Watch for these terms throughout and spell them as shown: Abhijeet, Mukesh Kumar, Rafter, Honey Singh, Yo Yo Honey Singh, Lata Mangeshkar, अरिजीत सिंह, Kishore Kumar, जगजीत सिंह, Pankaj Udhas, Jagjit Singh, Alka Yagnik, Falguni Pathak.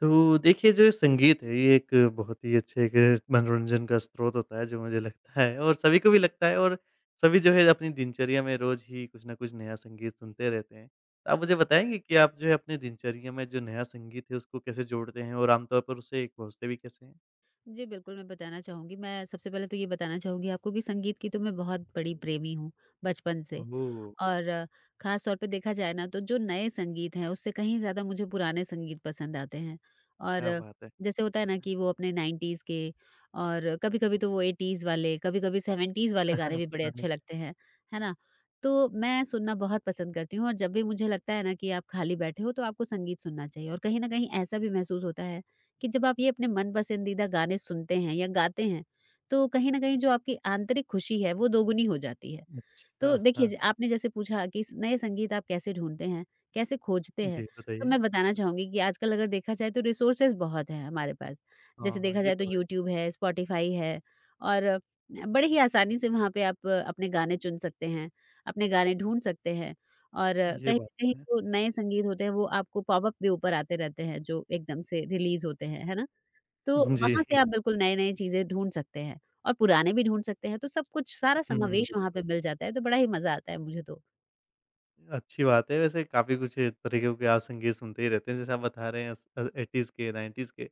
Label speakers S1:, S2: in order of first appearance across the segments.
S1: तो देखिए, जो संगीत है ये एक बहुत ही अच्छे एक मनोरंजन का स्रोत होता है जो मुझे लगता है और सभी को भी लगता है और सभी जो है अपनी दिनचर्या में रोज़ ही कुछ न कुछ नया संगीत सुनते रहते हैं। तो आप
S2: जी।
S1: मुझे बताएँगे कि आप जो है अपनी दिनचर्या में जो नया संगीत है उसको कैसे जोड़ते हैं और आमतौर पर उसे परोसते भी कैसे हैं?
S2: जी, बिल्कुल मैं बताना चाहूँगी। मैं सबसे पहले तो ये बताना चाहूँगी आपको कि संगीत की तो मैं बहुत बड़ी प्रेमी हूँ, बचपन से।
S1: ओह!
S2: और अ, खास तौर पे देखा जाए ना तो जो नए संगीत हैं उससे कहीं ज़्यादा मुझे पुराने संगीत पसंद आते हैं और
S1: क्या
S2: अ,
S1: बात है!
S2: जैसे होता है ना कि वो अपने 90s के और कभी-कभी तो वो 80s वाले, कभी-कभी 70s वाले गाने भी बड़े
S1: पुराने
S2: अच्छे लगते हैं, है ना? तो मैं सुनना बहुत पसंद करती हूँ और जब भी मुझे लगता है ना कि आप खाली बैठे हो तो आपको संगीत सुनना चाहिए और कहीं न कहीं ऐसा भी महसूस होता है कि जब आप ये अपने मन पसंदीदा गाने सुनते हैं या गाते हैं, तो कहीं न कहीं जो आपकी आंतरिक खुशी है वो दोगुनी हो जाती है।
S1: अच्छा,
S2: तो देखिए, ज
S1: हाँ।
S2: आपने जैसे पूछा कि स नए संगीत आप कैसे ढूँढते हैं, कैसे खोजते हैं?
S1: जी,
S2: तो
S1: बताइए।
S2: मैं बताना चाहूँगी कि आजकल अगर देखा जाए तो रिसोर्सेज़ बहुत हैं हमारे पास।
S1: हाँ,
S2: जैसे
S1: हाँ,
S2: देखा
S1: ये
S2: जाए तो
S1: तो है।
S2: यूट्यूब है, स्पॉटिफ़ाई है और अ, बड़े ही आसानी से वहाँ पे आप अपने गाने चुन सकते हैं, अपने गाने ढूँढ सकते हैं
S1: ये
S2: कहीं न
S1: बात
S2: कहीं
S1: है।
S2: जो नए संगीत होते हैं वो आपको पॉपअप भी ऊपर आते रहते हैं जो एकदम से रिलीज़ होते हैं, है ना? तो
S1: जी।
S2: वहाँ से आप बिल्कुल नए-नए चीज़ें ढूँढ सकते हैं और पुराने भी ढूँढ सकते हैं, तो सब कुछ सारा
S1: हुँ,
S2: समावेश वहाँ पे
S1: बिल्कुल।
S2: मिल जाता है, तो बड़ा ही मज़ा आता है मुझे तो।
S1: अच्छी बात है। वैसे काफ़ी कुछ तरीकों के आप संगीत सुनते ही रहते हैं, जैसे आप बता रहे हैं 80s के, 90s के।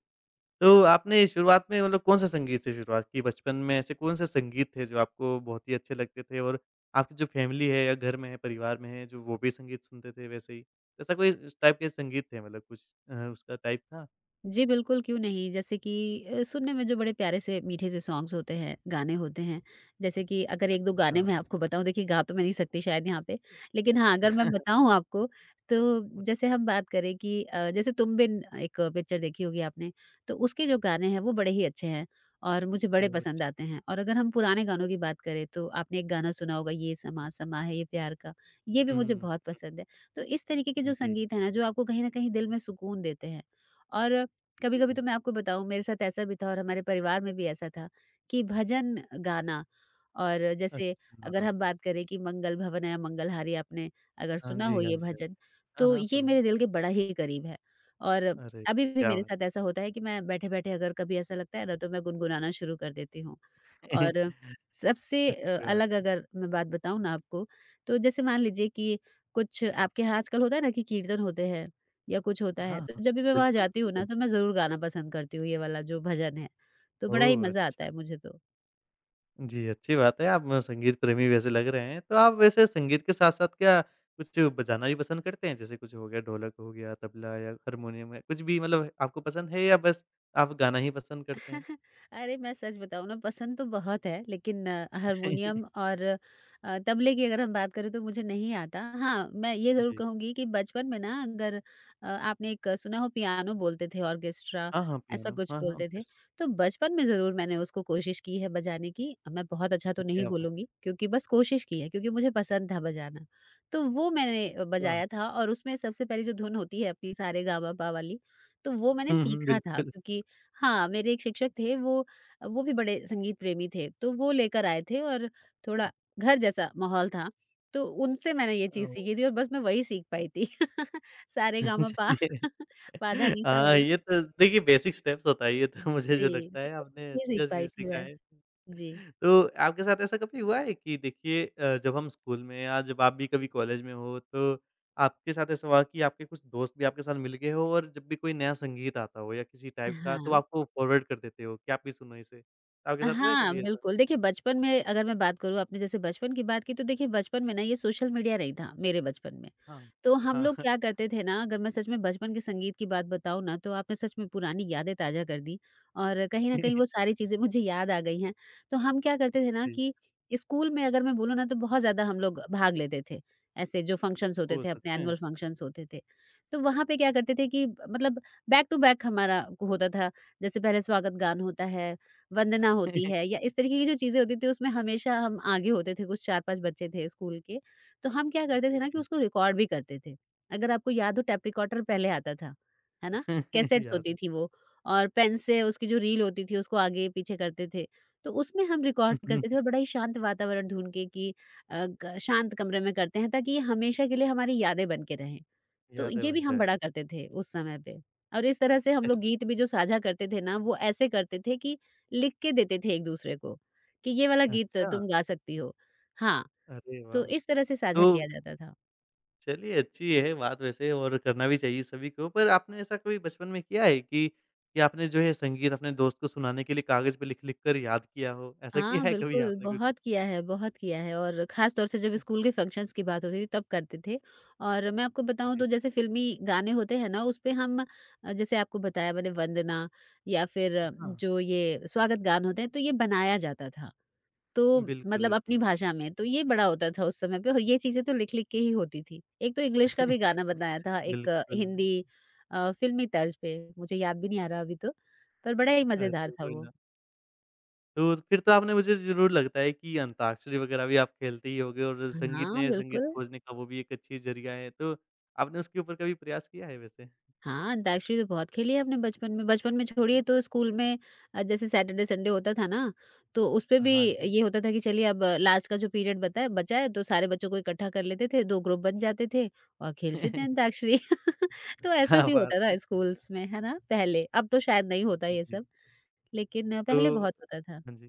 S1: तो आपने शुरुआत में मतलब कौन-से संगीत से शुरुआत की? बचपन में ऐसे कौन-से संगीत थे जो आपको बहुत ही अच्छे लगते थे और आपकी जो फैमिली है या घर में है, परिवार में है, जो वो भी संगीत सुनते थे वैसे ही? ऐसा कोई इस टाइप के संगीत थे मतलब कुछ उसका टाइप था?
S2: जी बिल्कुल, क्यों नहीं? जैसे कि सुनने में जो बड़े प्यारे से मीठे से सॉन्ग्स होते हैं, गाने होते हैं। जैसे कि अगर 1-2 गाने
S1: अच्छा।
S2: मैं आपको बताऊँ, देखिए गा तो मैं नहीं सकती शायद यहाँ पे। लेकिन हाँ, अगर मैं बताऊँ आपको तो
S1: मत
S2: जैसे हम बात करें कि जैसे तुम बिन एक पिक्चर देखी होगी आपने, तो उसके जो गाने हैं वो बड़े ही अच्छे हैं और मुझे बड़े
S1: ओह!
S2: पसंद
S1: अच्छा।
S2: आते हैं। और अगर हम पुराने गानों की बात करें तो आपने एक गाना सुना होगा ये समा समा है ये प्यार का, ये भी मुझे
S1: हुँ,
S2: बहुत पसंद है। तो इस तरीके के
S1: जी,
S2: जो
S1: जी।
S2: संगीत हैं ना, जो आपको कहीं न कहीं दिल में सुकून देते हैं। और कभी-कभी तो मैं आपको बताऊँ मेरे साथ ऐसा भी था और हमारे परिवार में भी ऐसा था कि भजन गाना और जैसे अगर
S1: अच्छा।
S2: हम बात करें कि मंगल भवन या मंगलहारी आपने अगर
S1: हाँ
S2: सुना हो
S1: जी, हाँ
S2: ये
S1: जी, हाँ जी।
S2: भजन,
S1: हाँ,
S2: तो
S1: हाँ,
S2: ये
S1: सुना है।
S2: मेरे दिल के बड़ा ही करीब है। और
S1: अरे!
S2: अभी भी
S1: क्या
S2: मेरे
S1: बात।
S2: साथ ऐसा होता है कि मैं बैठे-बैठे अगर कभी ऐसा लगता है ना तो मैं गुनगुनाना शुरू कर देती हूँ। और सबसे
S1: अच्छी
S2: अलग
S1: बात।
S2: अगर मैं बात बताऊँ ना आपको, तो जैसे मान लीजिए कि कुछ आपके यहाँ आजकल होता है ना कि कीर्तन होते हैं या कुछ होता
S1: हाँ,
S2: है, तो
S1: हाँ।
S2: जब भी मैं वहाँ
S1: बिल्कुल,
S2: जाती हूँ ना,
S1: बिल्कुल।
S2: तो मैं ज़रूर गाना पसंद करती हूँ ये वाला जो भजन है, तो बड़ा ही
S1: ओह!
S2: मज़ा आता
S1: अच्छा।
S2: है मुझे तो।
S1: जी, अच्छी बात है, आप संगीत प्रेमी वैसे लग रहे हैं। तो आप वैसे संगीत के साथ-साथ क्या कुछ बजाना भी पसंद करते हैं? जैसे कुछ हो गया ढोलक हो गया, तबला या हारमोनियम है, कुछ भी मतलब आपको पसंद है या बस आप गाना ही पसंद करते हैं?
S2: अरे मैं सच बताऊँ ना पसंद तो बहुत है लेकिन हारमोनियम और तबले की अगर हम बात करें तो मुझे नहीं आता। हाँ, मैं ये ज़रूर
S1: जी।
S2: कहूँगी कि बचपन में ना अगर आपने एक सुना हो पियानो बोलते थे ऑर्केस्ट्रा
S1: हाँ, हाँ,
S2: ऐसा
S1: पियानो।
S2: कुछ
S1: हाँ, हाँ,
S2: बोलते थे।
S1: ऑर्केस्ट्रा।
S2: तो बचपन में ज़रूर मैंने उसको कोशिश की है बजाने की। मैं बहुत अच्छा तो नहीं
S1: क्या बात है!
S2: बोलूँगी क्योंकि बस कोशिश की है क्योंकि मुझे पसंद था बजाना। तो वो मैंने
S1: वाह!
S2: बजाया था और उसमें सबसे पहली जो धुन होती है अपनी सारेगामापा वाली तो वो मैंने
S1: हुँ, हुँ,
S2: सीखा था
S1: बिल्कुल।
S2: क्योंकि हाँ, मेरे एक शिक्षक थे वो भी बड़े संगीत प्रेमी थे, तो वो लेकर आए थे और थोड़ा घर जैसा माहौल था, तो उनसे मैंने ये चीज़
S1: ओह!
S2: सीखी थी और बस मैं वही सीख पाई थी। सारेगामापा पा,
S1: चलिए
S2: पा धा, नी, सा
S1: हाँ,
S2: वाला।
S1: ये तो देखिए बेसिक स्टेप्स होता है ये तो मुझे जो
S2: जी,
S1: लगता है
S2: तो
S1: आपने
S2: बस ये सीख
S1: अच्छा
S2: पाई
S1: चीज़
S2: थी
S1: सीखा
S2: मैं।
S1: है।
S2: जी।
S1: तो आपके साथ ऐसा कभी हुआ है कि देखिए, जब हम स्कूल में या जब आप भी कभी कॉलेज में हो तो आपके साथ ऐसा हुआ कि आपके कुछ दोस्त भी आपके साथ मिल गए हो और जब भी कोई नया संगीत आता हो या किसी टाइप का तो
S2: हाँ।
S1: आपको फॉरवर्ड कर देते हो कि आप भी सुनो इसे। तो आपके साथ हुआ है
S2: हाँ,
S1: कभी ऐसा?
S2: बिल्कुल। देखिए बचपन में अगर मैं बात करूँ आपने जैसे बचपन की बात की तो देखिए बचपन में ना ये सोशल मीडिया नहीं था मेरे बचपन में।
S1: हाँ।
S2: तो हम लोग
S1: हाँ।
S2: क्या करते थे ना अगर मैं सच में बचपन के संगीत की बात बताऊँ ना तो आपने सच में पुरानी यादें ताज़ा कर दी और कहीं न कहीं वो सारी चीज़ें मुझे याद आ गई हैं। तो हम क्या करते थे ना
S1: जी।
S2: कि स्कूल में अगर मैं बोलूँ ना तो बहुत ज़्यादा हम लोग भाग लेते थे। ऐसे जो फंक्शन्स होते
S1: ओह!
S2: थे
S1: सच
S2: अपने
S1: में?
S2: एनुअल फंक्शन्स होते थे। तो वहाँ पे क्या करते थे कि मतलब बैक टू बैक हमारा होता था। जैसे पहले स्वागत गान होता है वंदना होती है या इस तरीके की जो चीज़ें होती थी उसमें हमेशा हम आगे होते थे, कुछ 4-5 बच्चे थे स्कूल के, तो हम क्या करते थे ना कि
S1: जी।
S2: उसको रिकॉर्ड भी करते थे। अगर आपको याद हो टेप रिकॉर्डर पहले आता था, है ना? कैसेट्स
S1: याद
S2: होती
S1: है।
S2: थी वो और पेन से उसकी जो रील होती थी उसको आगे-पीछे करते थे। तो उसमें हम रिकॉर्ड करते थे और बड़ा ही शांत वातावरण ढूँढ के कि अ, ग शांत कमरे में करते हैं ताकि ये हमेशा के लिए हमारी यादें बन के रहें। तो
S1: यादें
S2: ये भी
S1: बन
S2: हम
S1: जाए।
S2: बड़ा करते थे उस समय पे और इस तरह से हम लोग गीत भी जो साझा करते थे ना, वो ऐसे करते थे कि लिख के देते थे एक-दूसरे को, कि ये वाला गीत
S1: अच्छा,
S2: तुम गा सकती हो। हाँ,
S1: अरे
S2: तो
S1: वाह!
S2: इस तरह से साझा
S1: तो
S2: किया जाता था।
S1: चलिए अच्छी है बात वैसे और करना भी चाहिए सभी को। पर आपने ऐसा कभी बचपन में किया है कि आपने जो है संगीत अपने दोस्त को सुनाने के लिए कागज़ पे लिख-लिख कर याद किया हो? ऐसा किया
S2: हाँ,
S1: है कभी
S2: बिल्कुल,
S1: आपने कुछ?
S2: बहुत किया है और ख़ास तौर से जब स्कूल के फंक्शंस की बात होती थी तब करते थे और मैं आपको बताऊँ
S1: जी।
S2: तो जैसे फ़िल्मी गाने होते हैं ना, उसपे हम जैसे आपको बताया मैंने वंदना या फिर
S1: हाँ,
S2: जो ये स्वागत गान होते हैं, तो ये बनाया जाता था। तो
S1: बिल्कुल,
S2: मतलब अपनी
S1: बिल्कुल।
S2: भाषा में, तो ये बड़ा होता था उस समय पे और ये चीज़ें तो लिख-लिख के ही होती थी। एक तो इंग्लिश का भी गाना बनाया था एक
S1: बिल्कुल,
S2: हिंदी फ़िल्मी तर्ज पे, मुझे याद भी नहीं आ रहा अभी तो, पर बड़ा ही मज़ेदार
S1: ऐसे
S2: था
S1: कोई
S2: वो।
S1: ना तो फिर तो आपने मुझे ज़रूर लगता है कि अंताक्षरी वगैरह भी आप खेलते ही होंगे और संगीत
S2: हाँ,
S1: ने संगीत
S2: बिल्कुल।
S1: खोजने का वो भी एक अच्छी ज़रिया है। तो आपने उसके ऊपर कभी प्रयास किया है वैसे?
S2: हाँ, अंताक्षरी तो बहुत खेली है हमने बचपन में। बचपन में छोड़िए तो स्कूल में जैसे सैटरडे संडे होता था ना, तो उसपे भी
S1: हाँ जी।
S2: ये होता था कि चलिए अब लास्ट का जो पीरियड बता है बचा है तो सारे बच्चों को इकट्ठा कर लेते थे, 2 ग्रुप बन जाते थे और खेलते थे अंताक्षरी। तो ऐसा
S1: क्या
S2: भी
S1: बात
S2: होता था
S1: है!
S2: स्कूल्स में, है ना? पहले, अब तो शायद नहीं होता ये
S1: जी।
S2: सब, लेकिन
S1: तो
S2: पहले बहुत होता था।
S1: हाँ जी,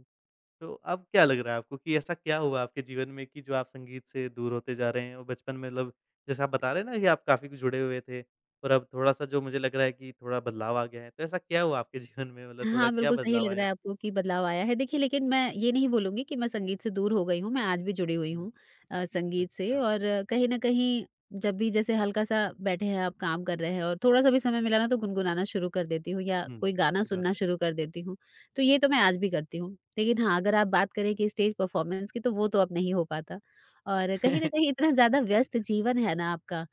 S1: तो अब क्या लग रहा है आपको कि ऐसा क्या हुआ आपके जीवन में कि जो आप संगीत से दूर होते जा रहे हैं और बचपन में मतलब जैसे आप बता रहे हैं ना कि आप काफ़ी कुछ जुड़े हुए थे और अब थोड़ा-सा जो मुझे लग रहा है कि थोड़ा बदलाव आ गया है, तो ऐसा क्या हुआ आपके जीवन में मतलब थोड़ा
S2: हाँ,
S1: क्या
S2: बिल्कुल सही
S1: बदलाव
S2: लग रहा
S1: आया?
S2: है आपको कि बदलाव आया है। देखिए लेकिन मैं ये नहीं बोलूँगी कि मैं संगीत से दूर हो गई हूँ, मैं आज भी जुड़ी हुई
S1: हुँ,
S2: हूँ संगीत से
S1: अच्छा,
S2: और कहीं न कहीं जब भी जैसे हल्का-सा बैठे हैं आप काम कर रहे हैं और थोड़ा-सा भी समय मिला ना तो गुनगुनाना शुरू कर देती हूँ या
S1: हुँ,
S2: कोई गाना
S1: अच्छी बात
S2: सुनना
S1: है।
S2: शुरू कर देती हूँ। तो ये तो मैं आज भी करती हूँ। लेकिन हाँ, अगर आप बात करें कि स्टेज परफ़ॉर्मेंस की तो वो तो अब नहीं हो पाता और कहीं न कहीं इतना ज़्यादा व्यस्त जीवन है ना आपका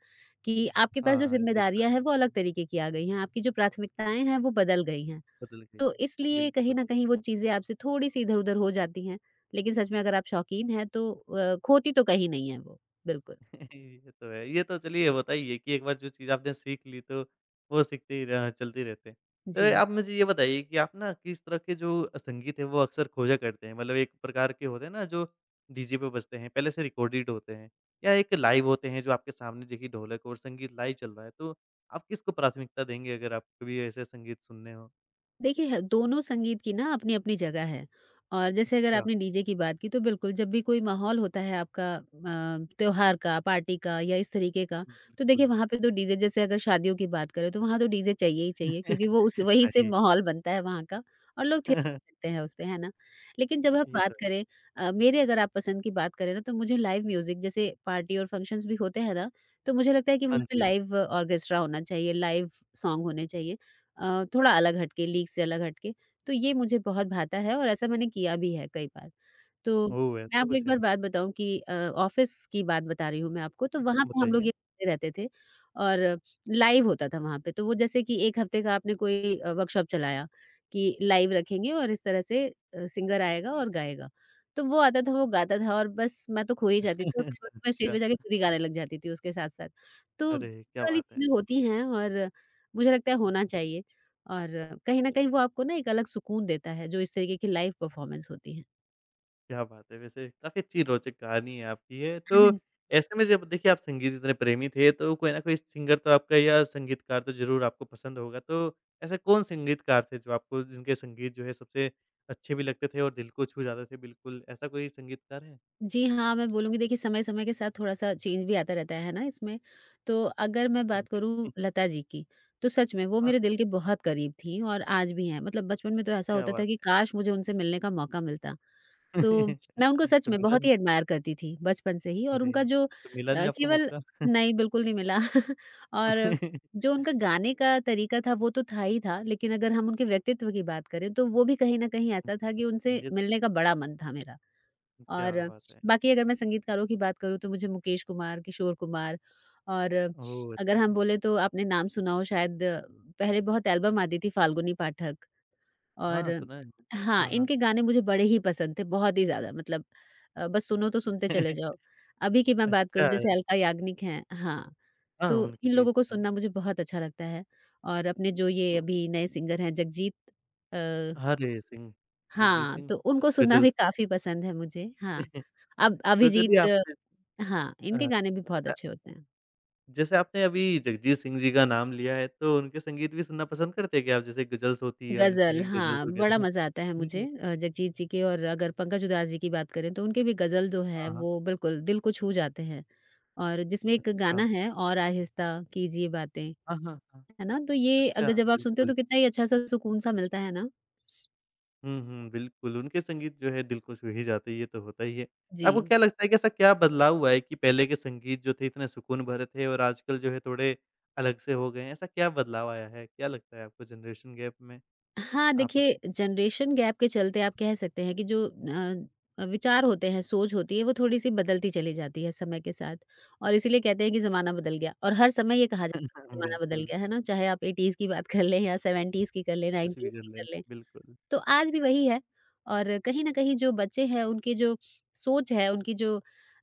S2: कि आपके पास जो
S1: हाँ, ये तो
S2: ज़िम्मेदारियाँ
S1: है,
S2: हैं वो अलग तरीके की आ गई हैं, आपकी जो प्राथमिकताएँ हैं वो बदल गई हैं।
S1: बदल गई,
S2: तो इसलिए कहीं
S1: बिल्कुल।
S2: न कहीं वो चीज़ें आपसे थोड़ी-सी इधर-उधर हो जाती हैं। लेकिन सच में अगर आप शौकीन हैं तो खोती तो कहीं नहीं है वो। बिल्कुल।
S1: ये तो है। ये तो चलिए ये बताइए कि एक बार जो चीज़ आपने सीख ली तो वो सीखते ही रह चलते रहते हैं।
S2: जी।
S1: तो आप मुझे ये बताइए कि आप ना किस तरह के जो संगीत है वो अक्सर खोजा करते हैं? मतलब एक प्रकार के होते हैं ना जो डीजे पे बजते हैं, पहले से रिकॉर्डेड होते हैं या एक लाइव होते हैं जो आपके सामने देखिए ढोलक और संगीत लाइव चल रहा है। तो आप किसको प्राथमिकता देंगे अगर आपको भी ऐसे संगीत सुनने हो?
S2: देखिए ह दोनों संगीत की ना अपनी-अपनी जगह है। और जैसे अगर
S1: अच्छा,
S2: आपने डीजे की बात की तो बिल्कुल जब भी कोई माहौल होता है आपका त्योहार का, पार्टी का या इस तरीके का तो देखिए
S1: बिल्कुल।
S2: वहाँ पे तो डीजे जैसे अगर शादियों की बात करें तो वहाँ तो डीजे चाहिए ही चाहिए क्योंकि वो उस वहीं से
S1: चाहिए।
S2: माहौल बनता है वहाँ का और लोग थे सकते हैं उस पे, है ना? लेकिन जब हम
S1: ये
S2: बात
S1: तो
S2: करें
S1: है।
S2: मेरे अगर आप पसंद की बात करें ना तो मुझे लाइव म्यूज़िक जैसे पार्टी और फंक्शंस भी होते हैं ना, तो मुझे लगता है कि
S1: हाँ
S2: वहाँ पे
S1: जी।
S2: लाइव ऑर्केस्ट्रा होना चाहिए, लाइव सॉन्ग होने चाहिए। थोड़ा अलग हटके, लीक से अलग हटके, तो ये मुझे बहुत भाता है और ऐसा मैंने किया भी है कई बार। तो
S1: ओह!
S2: मैं
S1: ऐसा
S2: आपको एक
S1: कुछ
S2: बार
S1: है?
S2: बात बताऊँ कि ऑफ़िस की बात बता रही हूँ मैं आपको, तो वहाँ पे हम लोग ये
S1: बताइए।
S2: करते रहते थे और लाइव होता था वहाँ पे। तो वो जैसे कि 1 हफ्ते का आपने कोई वर्कशॉप चलाया कि लाइव रखेंगे और इस तरह से सिंगर आएगा और गाएगा। तो वो आता था, वो गाता था और बस मैं तो खो ही जाती थी और कई बार तो मैं स्टेज
S1: अच्छा।
S2: पे जाके खुद ही गाने लग जाती थी उसके साथ-साथ। तो ये
S1: अरे! क्या
S2: वाली
S1: बात है!
S2: चीज़ें होती हैं और मुझे लगता है होना चाहिए और कहीं न कहीं वो आपको ना एक अलग सुकून देता है, जो इस तरीके की लाइव परफ़ॉर्मेंस होती है।
S1: क्या बात है! वैसे काफ़ी अच्छी रोचक कहानी है आपकी ये। तो ऐसे में जब देखिए आप संगीत इतने प्रेमी थे तो कोई ना कोई सिंगर तो आपका या संगीतकार तो ज़रूर आपको पसंद होगा। तो ऐसे कौन संगीतकार थे जो आपको जिनके संगीत जो है सबसे अच्छे भी लगते थे और दिल को छू जाते थे बिल्कुल, ऐसा कोई संगीतकार है?
S2: जी हाँ, मैं बोलूँगी देखिए समय-समय के साथ थोड़ा-सा चेंज भी आता रहता है ना इसमें। तो अगर मैं
S1: हाँ
S2: बात करूँ
S1: जी।
S2: लता जी की, तो सच में वो
S1: हाँ,
S2: मेरे दिल के बहुत करीब थीं और आज भी हैं। मतलब बचपन में तो ऐसा
S1: क्या
S2: होता था
S1: बात
S2: कि काश मुझे उनसे मिलने का मौका मिलता।
S1: है!
S2: तो मैं उनको सच
S1: तो
S2: में
S1: मिला
S2: बहुत
S1: नहीं?
S2: ही एडमायर करती थी बचपन से ही और
S1: अरे!
S2: उनका जो
S1: तो मिला नहीं आपको
S2: केवल
S1: मौका?
S2: नहीं, बिल्कुल नहीं मिला और जो उनका गाने का तरीका था वो तो था ही था, लेकिन अगर हम उनके व्यक्तित्व की बात करें तो वो भी कहीं न कहीं ऐसा था कि
S1: हुँ,
S2: उनसे
S1: ये
S2: मिलने का बड़ा मन था मेरा।
S1: क्या
S2: और
S1: बात है!
S2: बाकी अगर मैं संगीतकारों की बात करूँ तो मुझे मुकेश कुमार, किशोर कुमार और
S1: ओह!
S2: अगर हम
S1: अच्छा।
S2: बोले तो आपने नाम सुना हो शायद पहले बहुत एल्बम आती थी फाल्गुनी पाठक और
S1: हाँ, सुना है।
S2: हाँ,
S1: हाँ, हाँ।
S2: इनके गाने मुझे बड़े ही पसंद थे, बहुत ही ज़्यादा मतलब बस सुनो तो सुनते चले जाओ। अभी की मैं बात करूँ
S1: अच्छा है।
S2: जैसे अलका याग्निक हैं हाँ,
S1: हाँ,
S2: तो
S1: उनके
S2: इन
S1: भी
S2: लोगों को
S1: अच्छे हैं।
S2: सुनना मुझे बहुत अच्छा लगता है और अपने जो ये
S1: तो
S2: अभी नए सिंगर हैं जगजीत अ
S1: हरे सिंह, जगजीत
S2: हाँ,
S1: सिंह,
S2: तो उनको सुनना
S1: गज़ल
S2: भी
S1: से।
S2: काफ़ी पसंद है मुझे, हाँ। अब
S1: तो चलिए
S2: अभिजीत
S1: आपने
S2: हाँ, इनके गाने भी बहुत
S1: जैसा
S2: अच्छे होते हैं।
S1: जैसे आपने अभी जगजीत सिंह जी का नाम लिया है, तो उनके संगीत भी सुनना पसंद करते हैं क्या आप? जैसे गज़ल्स होती है
S2: गज़ल
S1: उनकी गज़ल्स
S2: हाँ, बड़ा
S1: वगैरह
S2: मज़ा आता है
S1: सुनते
S2: मुझे
S1: हो?
S2: अ, जगजीत जी के और अगर पंकज उधास जी की बात करें तो उनके भी गज़ल जो हैं
S1: हाँ, हाँ।
S2: वो बिल्कुल दिल को छू जाते हैं। और जिसमें एक गाना
S1: अच्छा।
S2: है और आहिस्ता कीजिए बातें,
S1: हाँ, हाँ, हाँ।
S2: है ना? तो ये
S1: अच्छा,
S2: अगर जब आप सुनते हो
S1: बिल्कुल।
S2: तो कितना ही अच्छा-सा सुकून-सा मिलता है ना?
S1: हुँ, हुँ, बिल्कुल, उनके संगीत जो है दिल को छू ही जाते हैं, ये तो होता ही है।
S2: जी।
S1: आपको क्या लगता है कि ऐसा क्या बदलाव हुआ है कि पहले के संगीत जो थे इतने सुकून भरे थे और आजकल जो है थोड़े अलग से हो गए हैं, ऐसा क्या बदलाव आया है? क्या लगता है आपको जनरेशन गैप में
S2: हाँ,
S1: आपस
S2: देखिए
S1: में
S2: जनरेशन गैप के चलते आप कह सकते हैं कि जो विचार होते हैं, सोच होती है, वो थोड़ी-सी बदलती चली जाती है समय के साथ और इसीलिए कहते हैं कि ज़माना बदल गया और हर समय ये कहा जाता है
S1: हुँ,
S2: ज़माना बदल
S1: बिल्कुल,
S2: गया, है ना? चाहे आप 80s की बात कर लें या 70s की कर लें,
S1: कुछ भी
S2: 90s
S1: कर
S2: की
S1: लें,
S2: कर लें।
S1: बिल्कुल।
S2: तो आज भी वही है और कहीं न कहीं जो बच्चे हैं उनकी जो सोच है, उनकी जो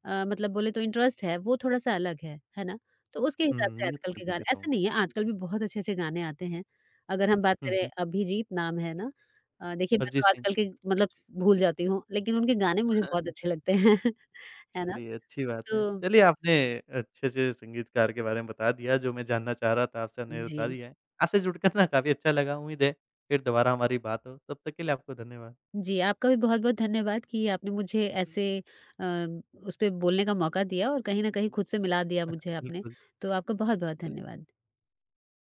S2: मतलब बोले तो इंटरेस्ट है वो थोड़ा-सा अलग है ना? तो उसके हिसाब
S1: हुँ,
S2: से
S1: ये तो
S2: आजकल
S1: मैं
S2: के
S1: देख
S2: गाने
S1: रहा हूँ।
S2: ऐसा नहीं है आजकल भी बहुत अच्छे-अच्छे गाने आते हैं। अगर हम बात
S1: हुँ,
S2: करें
S1: हुँ,
S2: अभिजीत नाम है ना देखिए मैं
S1: अरिजीत
S2: तो
S1: सिंह।
S2: आजकल के मतलब स भूल जाती हूँ लेकिन उनके गाने मुझे बहुत अच्छे लगते हैं, है ना?
S1: चलिए, अच्छी बात है।
S2: तो
S1: चलिए, आपने अच्छे-अच्छे संगीतकार के बारे में बता दिया, जो मैं जानना चाह रहा था, आपसे आपने बता
S2: जी।
S1: दिया है। आपसे जुड़कर ना काफ़ी अच्छा लगा, उम्मीद है फिर दोबारा हमारी बात हो। तब तक के लिए आपको धन्यवाद।
S2: जी, आपका भी बहुत-बहुत धन्यवाद कि आपने मुझे ऐसे अ, उस पे बोलने का मौका दिया और कहीं न कहीं खुद से मिला दिया मुझे आपने।
S1: बिल्कुल,
S2: तो आपका बहुत-बहुत
S1: चलिए।
S2: धन्यवाद।